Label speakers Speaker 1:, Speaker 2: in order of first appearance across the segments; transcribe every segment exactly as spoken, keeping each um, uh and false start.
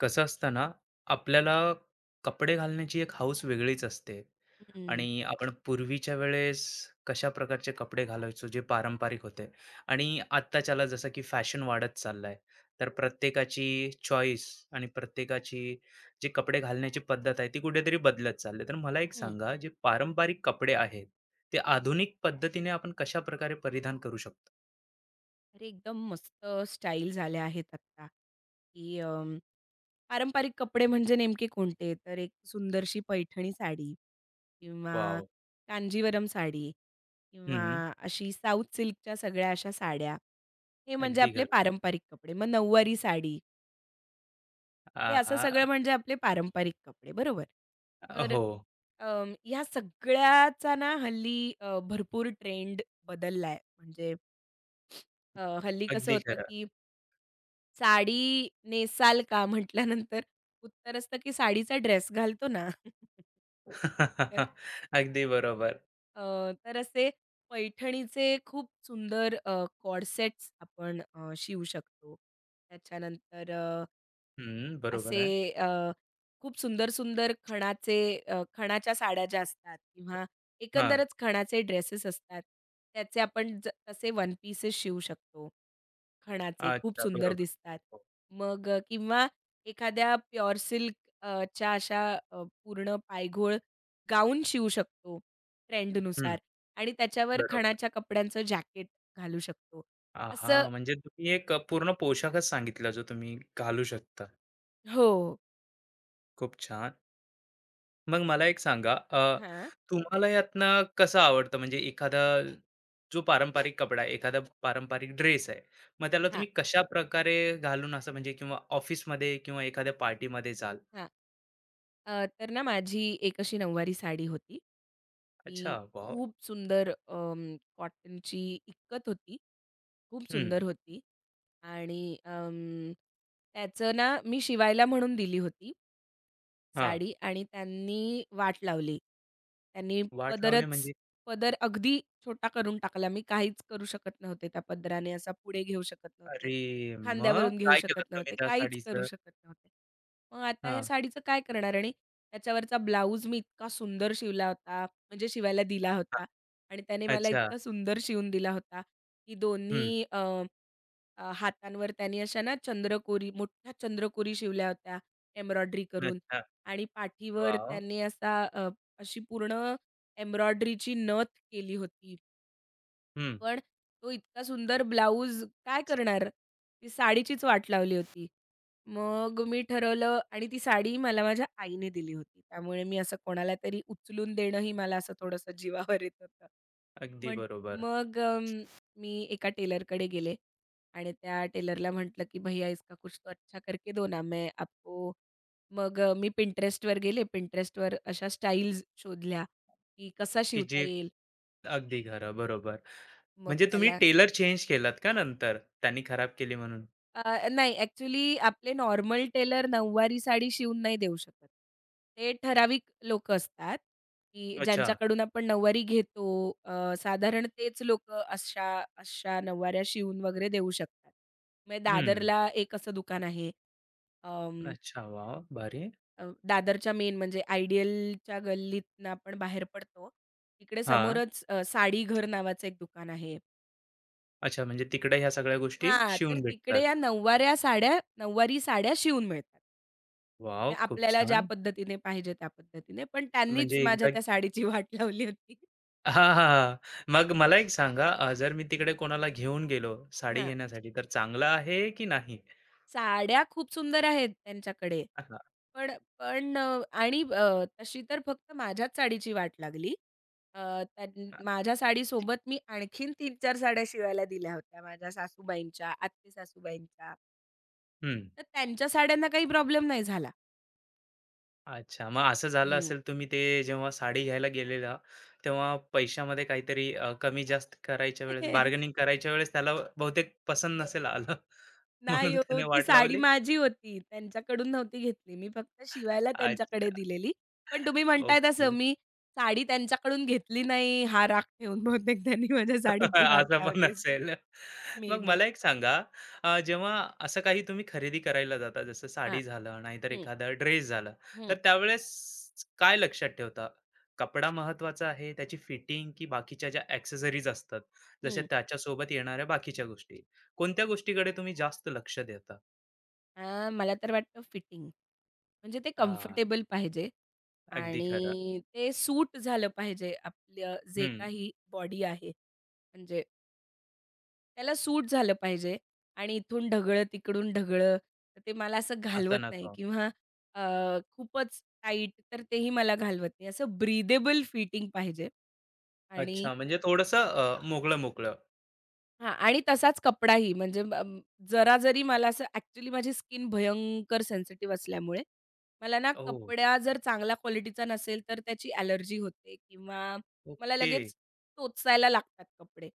Speaker 1: कसं असतं ना, आपल्याला कपडे घालण्याची एक हौस वेगळीच असते
Speaker 2: हं,
Speaker 1: आणि आपण पूर्वीच्या वेळेस कशा प्रकारचे कपडे घालायचो जे पारंपरिक होते आणि आत्ताच्याला जसं की फॅशन वाढत चाललाय, तर प्रत्येकाची चॉईस आणि प्रत्येकाची जी कपडे घालण्याची पद्धत आहे ती कुठेतरी बदलत चालली तर मला एक
Speaker 2: हं.
Speaker 1: सांगा जे पारंपरिक कपडे आहेत, ते आधुनिक पद्धतीने आपण कशाप्रकारे परिधान करू शकतो?
Speaker 2: अरे, एकदम मस्त स्टाईल झाल्या आहेत आत्ता, की अं, पारंपरिक कपडे म्हणजे नेमके कोणते? तर एक सुंदरशी पैठणी साडी किंवा
Speaker 1: वॉव!
Speaker 2: कांजीवरम साडी किंवा
Speaker 1: हं,
Speaker 2: अशी साऊथ सिल्कच्या सगळ्या अशा साड्या. हे म्हणजे
Speaker 1: अगदी
Speaker 2: आपले
Speaker 1: खरं.
Speaker 2: पारंपरिक कपडे. मग नऊवारी साडी, हे असं
Speaker 1: आहा!
Speaker 2: सगळं म्हणजे आपले पारंपरिक कपडे, बरोबर? तर
Speaker 1: हो,
Speaker 2: अं, ह्या सगळ्याचा ना हल्ली अ, भरपूर ट्रेंड बदलला म्हणजे अ, हल्ली कसं
Speaker 1: अगदी
Speaker 2: होतं,
Speaker 1: खरं.
Speaker 2: की साडी नेसाल का? म्हटल्यानंतर उत्तर असतं, की साडीचा ड्रेस घालतो ना. तर
Speaker 1: अगदी बरोबर.
Speaker 2: अ, तर असे पैठणीचे खूप सुंदर अ, कॉर्सेट्स आपण अ, शिवू शकतो. त्याच्यानंतर अ
Speaker 1: हं, बरोबर
Speaker 2: असे
Speaker 1: आहे.
Speaker 2: अ, खूप सुंदर-सुंदर खणाचे अ, खणाच्या साड्या ज्या असतात किंवा
Speaker 1: हां.
Speaker 2: एकंदरच खणाचे ड्रेसेस असतात, त्याचे आपण ज तसे वन पीसेस शिवू शकतो. खणाचे खूप
Speaker 1: अच्छा,
Speaker 2: सुंदर
Speaker 1: बरोबर.
Speaker 2: दिसतात.
Speaker 1: हो.
Speaker 2: मग अ, किंवा एखाद्या प्युअर सिल्क अ, च्या अशा अ, पूर्ण पायघोळ गाऊन शिवू शकतो
Speaker 1: हं,
Speaker 2: ट्रेंडनुसार आणि त्याच्यावर
Speaker 1: बरोबर.
Speaker 2: खणाच्या कपड्यांचं जॅकेट घालू शकतो. असं
Speaker 1: आ, म्हणजे तुम्ही एक अ, पूर्ण पोशाखच सांगितला जो तुम्ही घालू शकता.
Speaker 2: हो.
Speaker 1: खूप छान. मग मला एक सांगा, अ,
Speaker 2: हां.
Speaker 1: तुम्हाला यातनं कसं आवडतं म्हणजे एखादा जो पारंपरिक कपडा आहे, एखादा पारंपरिक ड्रेस आहे, मग त्याला तुम्ही कशाप्रकारे घालून असं म्हणजे किंवा ऑफिसमध्ये किंवा एखाद्या पार्टीमध्ये जाल?
Speaker 2: हां. अ, तर ना माझी एक अशी नऊवारी साडी होती. ती
Speaker 1: अच्छा, वाव.
Speaker 2: खूप सुंदर अं, कॉटनची इक्कत होती. खूप
Speaker 1: हं,
Speaker 2: सुंदर होती आणि अं, त्याचं ना मी शिवायला म्हणून दिली होती
Speaker 1: हां.
Speaker 2: साडी आणि त्यांनी वाट लावली. त्यांनी
Speaker 1: वाट लावली
Speaker 2: पदरच
Speaker 1: म्हणजे?
Speaker 2: पदर अगदी छोटा करून टाकला. मी काहीच करू शकत नव्हते त्या पदराने. असा पुढे घेऊ शकत नव्हते.
Speaker 1: अरे! मग
Speaker 2: खांद्यावरून घेऊ
Speaker 1: काय केलं
Speaker 2: शकत
Speaker 1: तुम्ही
Speaker 2: नव्हते.
Speaker 1: त्या
Speaker 2: काहीच करू
Speaker 1: साडीचं?
Speaker 2: शकत नव्हते. मग आता ह्या
Speaker 1: हां,
Speaker 2: साडीचं काय करणार? आणि त्याच्यावरचा ब्लाउज मी इतका सुंदर शिवला होता, म्हणजे शिवायला दिला
Speaker 1: हां.
Speaker 2: होता आणि त्याने मला
Speaker 1: अच्छा.
Speaker 2: इतका सुंदर शिवून दिला होता, की
Speaker 1: हं.
Speaker 2: दोन्ही अ, अ, हातांवर त्याने अशा ना चंद्रकोरी, मोठ्या चंद्रकोरी शिवल्या होत्या एम्ब्रॉयडरी करून
Speaker 1: अच्छा.
Speaker 2: आणि पाठीवर
Speaker 1: वॉव!
Speaker 2: त्याने असा अ, अशी पूर्ण एम्ब्रॉयडरीची नथ केली होती.
Speaker 1: हं.
Speaker 2: पण तो इतका सुंदर ब्लाउज काय करणार? ती साडीचीच वाट लावली होती. मग मी ठरवलं आणि ती साडी मला माझ्या आईने दिली होती. त्यामुळे मी असं कोणाला तरी उचलून देणंही मला असं थोडंसं जीवावर येत होतं.
Speaker 1: अगदी
Speaker 2: मग
Speaker 1: बरोबर.
Speaker 2: मग अं, मी एका टेलरकडे गेले आणि त्या टेलरला म्हटलं, की "भैया इसका कुछ तो अच्छा करके दो ना, मैं आपको." मग अ, मी Pinterestवर गेले. Pinterestवर अशा स्टाईल्स शोधल्या, की कसा
Speaker 1: की
Speaker 2: शिवता
Speaker 1: जी
Speaker 2: येईल.
Speaker 1: अगदी खरं, बरोबर.
Speaker 2: मग
Speaker 1: म्हणजे तुम्ही
Speaker 2: त्याला
Speaker 1: टेलर चेंज केलात का नंतर? त्यांनी खराब केली म्हणून?
Speaker 2: अ, नाही ॲक्चुअली आपले नॉर्मल टेलर नऊवारी साडी शिवून नाही देऊ शकत. ते ठराविक लोकं असतात, की
Speaker 1: अच्छा.
Speaker 2: ज्यांच्याकडून आपण नऊवारी घेतो. अ, साधारण तेच लोक अशा अशा नऊवाऱ्या शिवून वगैरे देऊ शकतात. म्हणजे
Speaker 1: हं.
Speaker 2: दादरला एक असं दुकान आहे. अं,
Speaker 1: अच्छा. वॉव! भारी.
Speaker 2: अ, दादरच्या मेन म्हणजे आयडियलच्या गल्लीतनं आपण बाहेर पडतो. तिकडे
Speaker 1: हां.
Speaker 2: समोरच अ, साडी घर नावाचं एक दुकान आहे.
Speaker 1: अच्छा म्हणजे तिकडे ह्या सगळ्या गोष्टी
Speaker 2: हां, तर
Speaker 1: शिवून भेटतात.
Speaker 2: तिकडे या नऊवाऱ्या साड्या नऊवारी साड्या शिवून मिळतात.
Speaker 1: वॉव!
Speaker 2: म्हणजे
Speaker 1: खूप
Speaker 2: आपल्याला ज्या
Speaker 1: छान.
Speaker 2: पद्धतीने पाहिजे त्या पद्धतीने. पण
Speaker 1: म्हणजे
Speaker 2: त्यांनीच माझ्या
Speaker 1: एकदा
Speaker 2: त्या साडीची वाट लावली होती.
Speaker 1: हां, हां, हां. मग मला एक सांगा, अ, जर मी तिकडे कोणाला घेऊन गेलो साडी
Speaker 2: हां,
Speaker 1: घेण्यासाठी तर चांगलं आहे की नाही?
Speaker 2: साड्या खूप सुंदर आहेत त्यांच्याकडे.
Speaker 1: हां.
Speaker 2: पण पण अ, आणि अ, तशी तर फक्त माझ्याच साडीची वाट लागली. अ, त्यां माझ्या साडीसोबत मी आणखीन तीन-चार साड्या शिवायला दिल्या होत्या माझ्या सासूबाईंच्या, आत्ते सासूबाईंच्या.
Speaker 1: हं.
Speaker 2: तर त्यांच्या साड्यांना काही प्रॉब्लेम नाही झाला.
Speaker 1: अच्छा. मग असं झालं
Speaker 2: हं.
Speaker 1: असेल तुम्ही ते जेव्हा साडी घ्यायला गेलेला, तेव्हा पैशामध्ये काहीतरी अ, कमी-जास्त करायच्या वेळेस, बार्गेनिंग करायच्या वेळेस त्याला बहुतेक पसंत नसेल आलं.
Speaker 2: नाही
Speaker 1: म्हणून
Speaker 2: हो,
Speaker 1: त्याने
Speaker 2: ती
Speaker 1: वाट
Speaker 2: साडी
Speaker 1: लावली?
Speaker 2: माझी होती. त्यांच्याकडून नव्हती घेतली. मी फक्त शिवायला त्यांच्याकडे
Speaker 1: अच्छा.
Speaker 2: दिलेली. पण तुम्ही म्हणताय
Speaker 1: ओके.
Speaker 2: तसं मी साडी त्यांच्याकडून घेतली नाही, हा राग ठेवून बहुतेक त्यांनी माझ्या साडीची वाट
Speaker 1: असं पण
Speaker 2: लावली असेल.
Speaker 1: असेल.
Speaker 2: मे
Speaker 1: मग
Speaker 2: बी.
Speaker 1: मला एक सांगा, अ, जेव्हा असं काही तुम्ही खरेदी करायला जाता, जसं
Speaker 2: हां.
Speaker 1: साडी झालं, नाहीतर
Speaker 2: हं,
Speaker 1: एखादा ड्रेस झाला, तर
Speaker 2: हं,
Speaker 1: त्यावेळेस काय लक्षात ठेवता? कपडा महत्वाचा आहे, त्याची फिटिंग की बाकीच्या ज्या ॲक्सेसरीज असतात, जशा
Speaker 2: हं.
Speaker 1: त्याच्यासोबत येणाऱ्या बाकीच्या गोष्टी, कोणत्या गोष्टीकडे तुम्ही जास्त लक्ष देता?
Speaker 2: हां, मला तर वाटतं फिटिंग. म्हणजे ते
Speaker 1: अ,
Speaker 2: कम्फर्टेबल पाहिजे
Speaker 1: अगदी खरं.
Speaker 2: आणि ते सूट झालं पाहिजे आपलं जे
Speaker 1: हं,
Speaker 2: काही बॉडी आहे. म्हणजे त्याला सूट झालं पाहिजे आणि इथून ढगळं, तिकडून ढगळं, तर ते मला असं
Speaker 1: असं
Speaker 2: घालवत नाही
Speaker 1: नको.
Speaker 2: किंवा अ, खूपच टाईट तर तेही मला घालवत नाही. असं ब्रीदेबल फिटिंग पाहिजे आणि
Speaker 1: अच्छा, म्हणजे थोडंसं मोकळं-मोकळं.
Speaker 2: हां आणि तसाच कपडाही म्हणजे ब अं, जरा जरी मला असं ॲक्चुअली माझी स्किन भयंकर सेन्सिटिव्ह असल्यामुळे, मला ना
Speaker 1: ओह!
Speaker 2: कपडा जर चांगला क्वालिटीचा नसेल, तर त्याची ॲलर्जी होते किंवा मला
Speaker 1: ओके.
Speaker 2: लगेच टोचायला लागतात कपडे.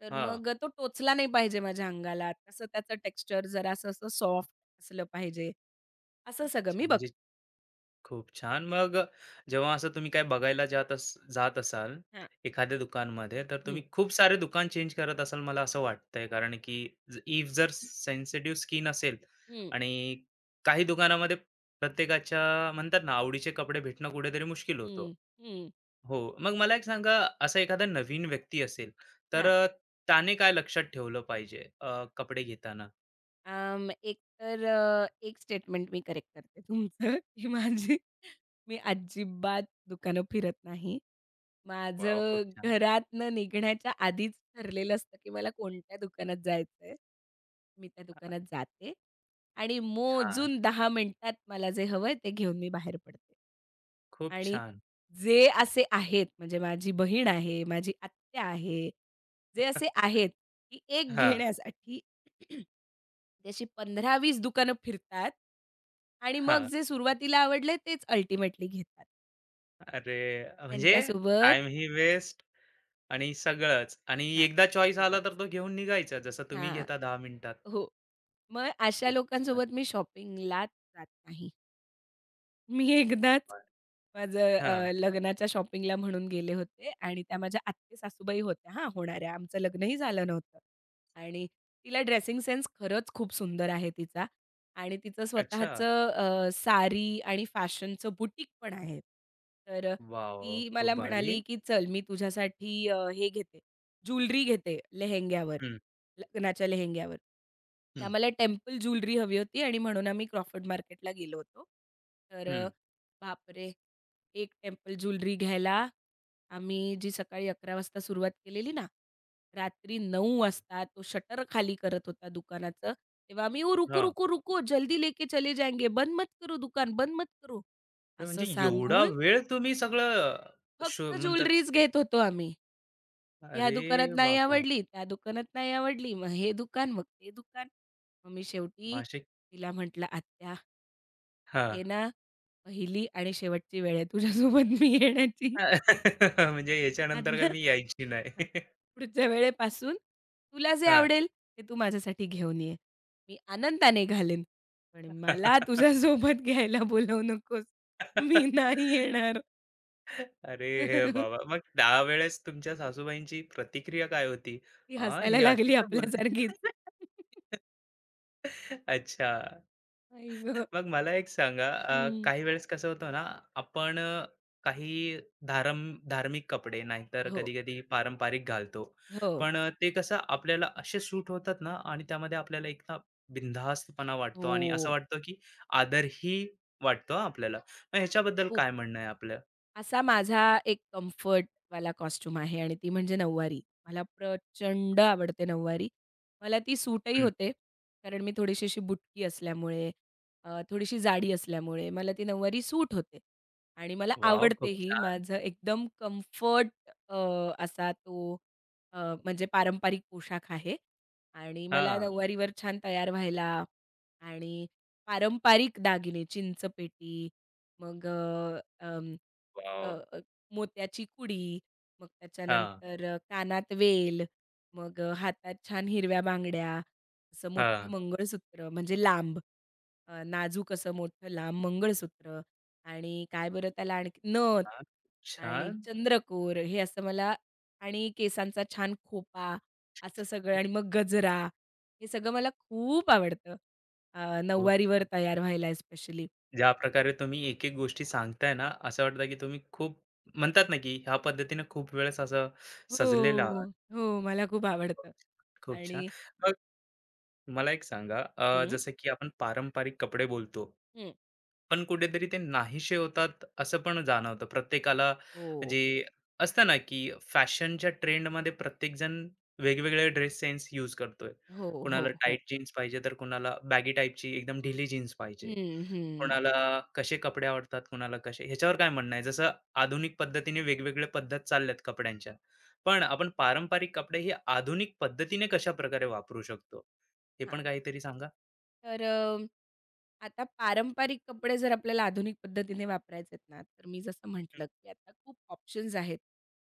Speaker 2: तर
Speaker 1: हां.
Speaker 2: मग अ, तो टोचला नाही पाहिजे माझ्या अंगाला. तसं त्याचं टेक्स्चर जरासं असं सॉफ्ट असलं पाहिजे. असं सगळं
Speaker 1: अच्छा
Speaker 2: मी
Speaker 1: म्हणजे
Speaker 2: बघते.
Speaker 1: खूप छान. मग अ, जेव्हा असं तुम्ही काय बघायला जात अस जात असाल
Speaker 2: हां.
Speaker 1: एखाद्या दुकानमध्ये, तर तुम्ही
Speaker 2: हं,
Speaker 1: खूप सारे दुकान चेंज करत असाल मला असं वाटतंय. कारण की ज इफ जर सेन्सिटिव्ह स्किन असेल
Speaker 2: हं,
Speaker 1: आणि काही दुकानामध्ये प्रत्येकाच्या म्हणतात ना, आवडीचे कपडे भेटणं कुठेतरी मुश्किल होतं.
Speaker 2: हं, हं.
Speaker 1: हो. मग मला एक सांगा, असा एखादा नवीन व्यक्ती असेल, तर
Speaker 2: हां.
Speaker 1: अ, त्याने काय लक्षात ठेवलं पाहिजे, अ, कपडे घेताना?
Speaker 2: अं, एक तर अ, एक स्टेटमेंट मी करेक्ट करते तुमचं, की माझी मी अजिबात दुकानं फिरत नाही.
Speaker 1: वॉव!
Speaker 2: माझं
Speaker 1: खूप छान.
Speaker 2: घरातनं निघण्याच्या आधीच ठरलेलं असतं, की मला कोणत्या दुकानात जायचंय. मी त्या दुकानात जाते आणि
Speaker 1: हां,
Speaker 2: मोजून दहा मिनिटात मला जे हवंय ते घेऊन मी बाहेर पडते.
Speaker 1: खूप
Speaker 2: आणि
Speaker 1: छान.
Speaker 2: जे असे आहेत, म्हणजे माझी बहीण आहे, माझी आत्या आहे, जे असे आहेत, की एक
Speaker 1: हां,
Speaker 2: घेण्यासाठी ती अशी पंधरा-वीस दुकानं फिरतात आणि मग
Speaker 1: हां.
Speaker 2: जे सुरुवातीला आवडले तेच अल्टिमेटली घेतात.
Speaker 1: अरे, म्हणजे
Speaker 2: त्यांच्यासोबत
Speaker 1: टाईमही वेस्ट आणि सगळंच आणि
Speaker 2: हां,
Speaker 1: एकदा चॉईस आला
Speaker 2: सगळंच.
Speaker 1: तर तो घेऊन निघायचा, जसं तुम्ही
Speaker 2: हां,
Speaker 1: घेता दहा मिनिटात.
Speaker 2: हो. मग अशा
Speaker 1: खूप छान.
Speaker 2: लोकांसोबत मी शॉपिंगला जात नाही. मी एकदाच
Speaker 1: बरं.
Speaker 2: माझं अ, लग्नाच्या शॉपिंगला म्हणून गेले होते आणि त्या माझ्या आत्ते-सासूबाई होत्या हां, होणाऱ्या. आमचं लग्नही झालं नव्हतं आणि तिला ड्रेसिंग सेन्स खरंच खूप सुंदर आहे तिचा आणि तिचं
Speaker 1: अच्छा.
Speaker 2: स्वतःचं अ, साडी आणि फॅशनचं बुटीक पण आहे. तर अ,
Speaker 1: वॉव!
Speaker 2: ती
Speaker 1: खूप
Speaker 2: मला
Speaker 1: भारी.
Speaker 2: म्हणाली, की "चल, मी तुझ्यासाठी अ, हे घेते, ज्वेलरी घेते लेहेंग्यावर."
Speaker 1: हं,
Speaker 2: लग्नाच्या लेहेंग्यावर. तर
Speaker 1: हं,
Speaker 2: आम्हाला टेम्पल ज्वेलरी हवी होती आणि म्हणून आम्ही क्रॉफर्ड मार्केटला गेलो होतो. तर
Speaker 1: हं.
Speaker 2: अ, बापरे! एक टेम्पल ज्वेलरी घ्यायला आम्ही जी सकाळी अकरा वाजता सुरुवात केलेली ना, रात्री नऊ वाजता तो शटर खाली करत होता दुकानाचं. तेव्हा आम्ही, "ओ रुको,
Speaker 1: हां.
Speaker 2: रुको, रुको! जल्दी लेके चले जाएंगे. बंद मत करो दुकान, बंद मत करो."
Speaker 1: तर
Speaker 2: असं
Speaker 1: म्हणजे एवढा
Speaker 2: सांगून
Speaker 1: वेळ तुम्ही सगळं शो
Speaker 2: फक्त
Speaker 1: म्हणतात
Speaker 2: ज्वेलरीज
Speaker 1: ते.
Speaker 2: घेत होतो आम्ही. ह्या
Speaker 1: अरे
Speaker 2: दुकानात नाही
Speaker 1: बाबा!
Speaker 2: आवडली, त्या दुकानात नाही आवडली. मग हे दुकान, मग ते दुकान. मग मी शेवटी
Speaker 1: नाशिक.
Speaker 2: तिला म्हटलं, "आत्या,
Speaker 1: हां.
Speaker 2: हे ना पहिली आणि शेवटची वेळ आहे तुझ्यासोबत मी येण्याची.
Speaker 1: म्हणजे याच्यानंतर काय
Speaker 2: आता
Speaker 1: मी यायची नाही.
Speaker 2: हां, पुढच्या वेळेपासून तुला जे
Speaker 1: हां.
Speaker 2: आवडेल ते तू माझ्यासाठी घेऊन ये. मी आनंदाने घालेन. पण मला तुझ्यासोबत घ्यायला बोलावू नकोस. मी नाही येणार."
Speaker 1: अरे हे बाबा! मग त्यावेळेस तुमच्या सासूबाईंची प्रतिक्रिया काय होती?
Speaker 2: ती
Speaker 1: "हां,
Speaker 2: हसायला
Speaker 1: ही अशी
Speaker 2: लागली
Speaker 1: काय बोलते?"
Speaker 2: आपल्यासारखीच.
Speaker 1: अच्छा.
Speaker 2: आई गं!
Speaker 1: मग मला एक सांगा, अ,
Speaker 2: हं.
Speaker 1: काही वेळेस कसं होतं ना, आपण अ, काही धारम धार्मिक कपडे नाहीतर
Speaker 2: हो,
Speaker 1: कधी-कधी पारंपरिक घालतो.
Speaker 2: हो.
Speaker 1: पण अ, ते कसं आपल्याला असे सूट होतात ना आणि त्यामध्ये आपल्याला एक ना बिनधास्तपणा वाटतो आणि असं
Speaker 2: हो,
Speaker 1: वाटतं की आदरही वाटतो हां, आपल्याला. मग ह्याच्याबद्दल
Speaker 2: खूप.
Speaker 1: काय म्हणणं आहे आपलं?
Speaker 2: असा माझा एक कम्फर्टवाला कॉस्ट्यूम आहे आणि ती म्हणजे नऊवारी. मला प्रचंड आवडते नऊवारी. मला ती सूटही होते, कारण मी थोडीशी अशी बुटकी असल्यामुळे, अ, थोडीशी जाडी असल्यामुळे मला ती नऊवारी सूट होते आणि मला
Speaker 1: वॉव! खूप
Speaker 2: आवडतेही.
Speaker 1: छान.
Speaker 2: माझं एकदम कम्फर्ट अ, असा तो अ, म्हणजे पारंपरिक पोशाख आहे आणि मला
Speaker 1: हां.
Speaker 2: नऊवारीवर छान तयार व्हायला आणि पारंपरिक दागिने चिंचपेटी मग अ, अं, अ,
Speaker 1: वॉव!
Speaker 2: अ, मोत्याची कुडी, मग
Speaker 1: हां,
Speaker 2: त्याच्यानंतर अ, कानात वेल, मग अ, हातात छान हिरव्या बांगड्या, असं मोठं
Speaker 1: हां.
Speaker 2: मंगळसूत्र म्हणजे लांब, अ, नाजूक असं मोठं लांब मंगळसूत्र आणि काय बरं त्याला आणखी नथ
Speaker 1: हां.
Speaker 2: आणि
Speaker 1: छान.
Speaker 2: चंद्रकोर हे असं मला आणि केसांचा छान खोपा असं सगळं आणि मग गजरा, हे सगळं मला खूप आवडतं. अ,
Speaker 1: खूप
Speaker 2: नऊवारीवर
Speaker 1: छान.
Speaker 2: तयार व्हायला स्पेशली.
Speaker 1: ज्या प्रकारे तुम्ही एक-एक गोष्टी सांगताय ना, असं वाटतं की तुम्ही खूप म्हणतात ना, की ह्या पद्धतीने खूप वेळेस असं सजलेलं आहात.
Speaker 2: हो, हो. मला खूप
Speaker 1: छान.
Speaker 2: आवडतं
Speaker 1: खूप छान.
Speaker 2: आणि
Speaker 1: मग मला एक सांगा, अ,
Speaker 2: हं,
Speaker 1: जसं की आपण पारंपरिक कपडे बोलतो.
Speaker 2: हं.
Speaker 1: पण कुठेतरी ते नाहीसे होतात असं पण जाणवतं. प्रत्येकाला
Speaker 2: हो,
Speaker 1: जे असतं ना, की फॅशनच्या ट्रेंडमध्ये प्रत्येकजण वेगवेगळे ड्रेस सेन्स यूज करतोय.
Speaker 2: हो, हो,
Speaker 1: कुणाला
Speaker 2: हो.
Speaker 1: टाईट जीन्स पाहिजे, तर कुणाला बॅगी टाईपची एकदम ढिली जीन्स पाहिजे.
Speaker 2: हं, हं.
Speaker 1: कुणाला कसे कपडे आवडतात, कुणाला कसे ह्याच्यावर काय म्हणणं आहे? जसं आधुनिक पद्धतीने वेगवेगळ्या पद्धत चालल्यात कपड्यांच्या. पण आपण पारंपरिक कपडे हे आधुनिक पद्धतीने कशाप्रकारे वापरू शकतो? हे
Speaker 2: हां.
Speaker 1: पण काहीतरी सांगा?
Speaker 2: तर अ, आता पारंपरिक कपडे जर आपल्याला आधुनिक पद्धतीने वापरायचे आहेत ना, तर मी जसं
Speaker 1: हं,
Speaker 2: म्हटलं, की आता खूप ऑप्शन्स आहेत.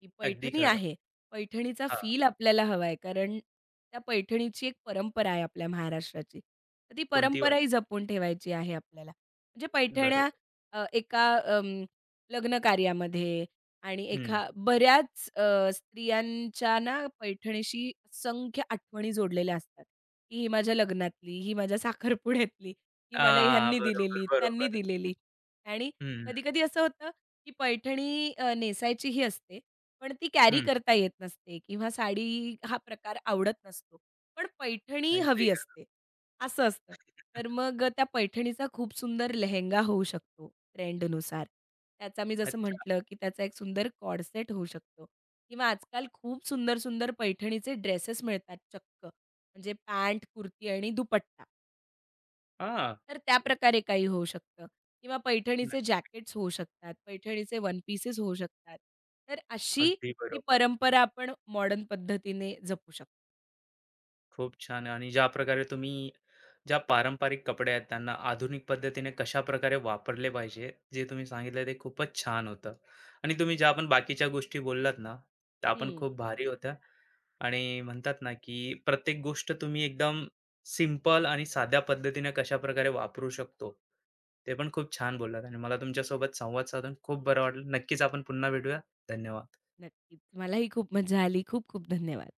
Speaker 2: की
Speaker 1: अगदी
Speaker 2: पैठणी
Speaker 1: खरं.
Speaker 2: आहे. पैठणीचा
Speaker 1: हां,
Speaker 2: फील आपल्याला हवा आहे. कारण त्या पैठणीची एक परंपरा आहे आपल्या महाराष्ट्राची. तर ती
Speaker 1: कोणती वाट?
Speaker 2: परंपराही जपून ठेवायची आहे आपल्याला. म्हणजे
Speaker 1: बरोबर.
Speaker 2: पैठण्या अ, एका अं, लग्न कार्यामध्ये आणि
Speaker 1: हं.
Speaker 2: एका बऱ्याच अ, स्त्रियांच्या ना पैठणीशी असंख्य आठवणी जोडलेल्या असतात. की ही माझ्या लग्नातली, ही माझ्या साखरपुड्यातली, ही मला
Speaker 1: हां,
Speaker 2: ह्यांनी
Speaker 1: बरोबर,
Speaker 2: दिलेली, त्यांनी
Speaker 1: बरोबर.
Speaker 2: दिलेली. आणि
Speaker 1: हं,
Speaker 2: कधी-कधी असं होतं, की पैठणी अ, नेसायचीही असते, पण ती कॅरी
Speaker 1: हं.
Speaker 2: करता येत नसते किंवा साडी हा प्रकार आवडत नसतो. पण पैठणी
Speaker 1: अगदी
Speaker 2: हवी
Speaker 1: ग
Speaker 2: असते, असं असतं. तर मग अ, त्या पैठणीचा खूप सुंदर लेहेंगा होऊ शकतो ट्रेंडनुसार. त्याचा मी जसं
Speaker 1: अच्छा.
Speaker 2: म्हटलं, की त्याचा एक सुंदर कॉर्ड होऊ शकतो किंवा आजकाल खूप सुंदर-सुंदर पैठणीचे ड्रेसेस मिळतात चक्क. म्हणजे पॅन्ट, कुर्ती आणि दुपट्टा.
Speaker 1: हां,
Speaker 2: तर त्या त्याप्रकारे काही होऊ शकतं किंवा
Speaker 1: नाही,
Speaker 2: पैठणीचे जॅकेट्स होऊ शकतात, पैठणीचे वन पीसेस होऊ शकतात. तर अशी
Speaker 1: अगदी
Speaker 2: ही
Speaker 1: बरोबर.
Speaker 2: परंपरा आपण मॉडर्न पद्धतीने जपू शकतो.
Speaker 1: खूप छान आणि ज्या प्रकारे तुम्ही ज्या पारंपरिक कपडे आहेत, त्यांना आधुनिक पद्धतीने कशाप्रकारे वापरले पाहिजे, जे तुम्ही सांगितलं ते खूपच छान होतं आणि तुम्ही ज्या आपण बाकीच्या गोष्टी बोललात ना, त्या पण
Speaker 2: हं,
Speaker 1: खूप भारी होत्या. आणि म्हणतात ना, की प्रत्येक गोष्ट तुम्ही एकदम सिंपल आणि साध्या पद्धतीने कशा प्रकारे वापरू शकतो. ते पण खूप छान बोललात आणि मला तुमच्यासोबत संवाद साधून खूप बरं वाटलं. नक्कीच आपण पुन्हा भेटूया. धन्यवाद.
Speaker 2: नक्कीच. मलाही खूप मजा आली. खूप खूप धन्यवाद.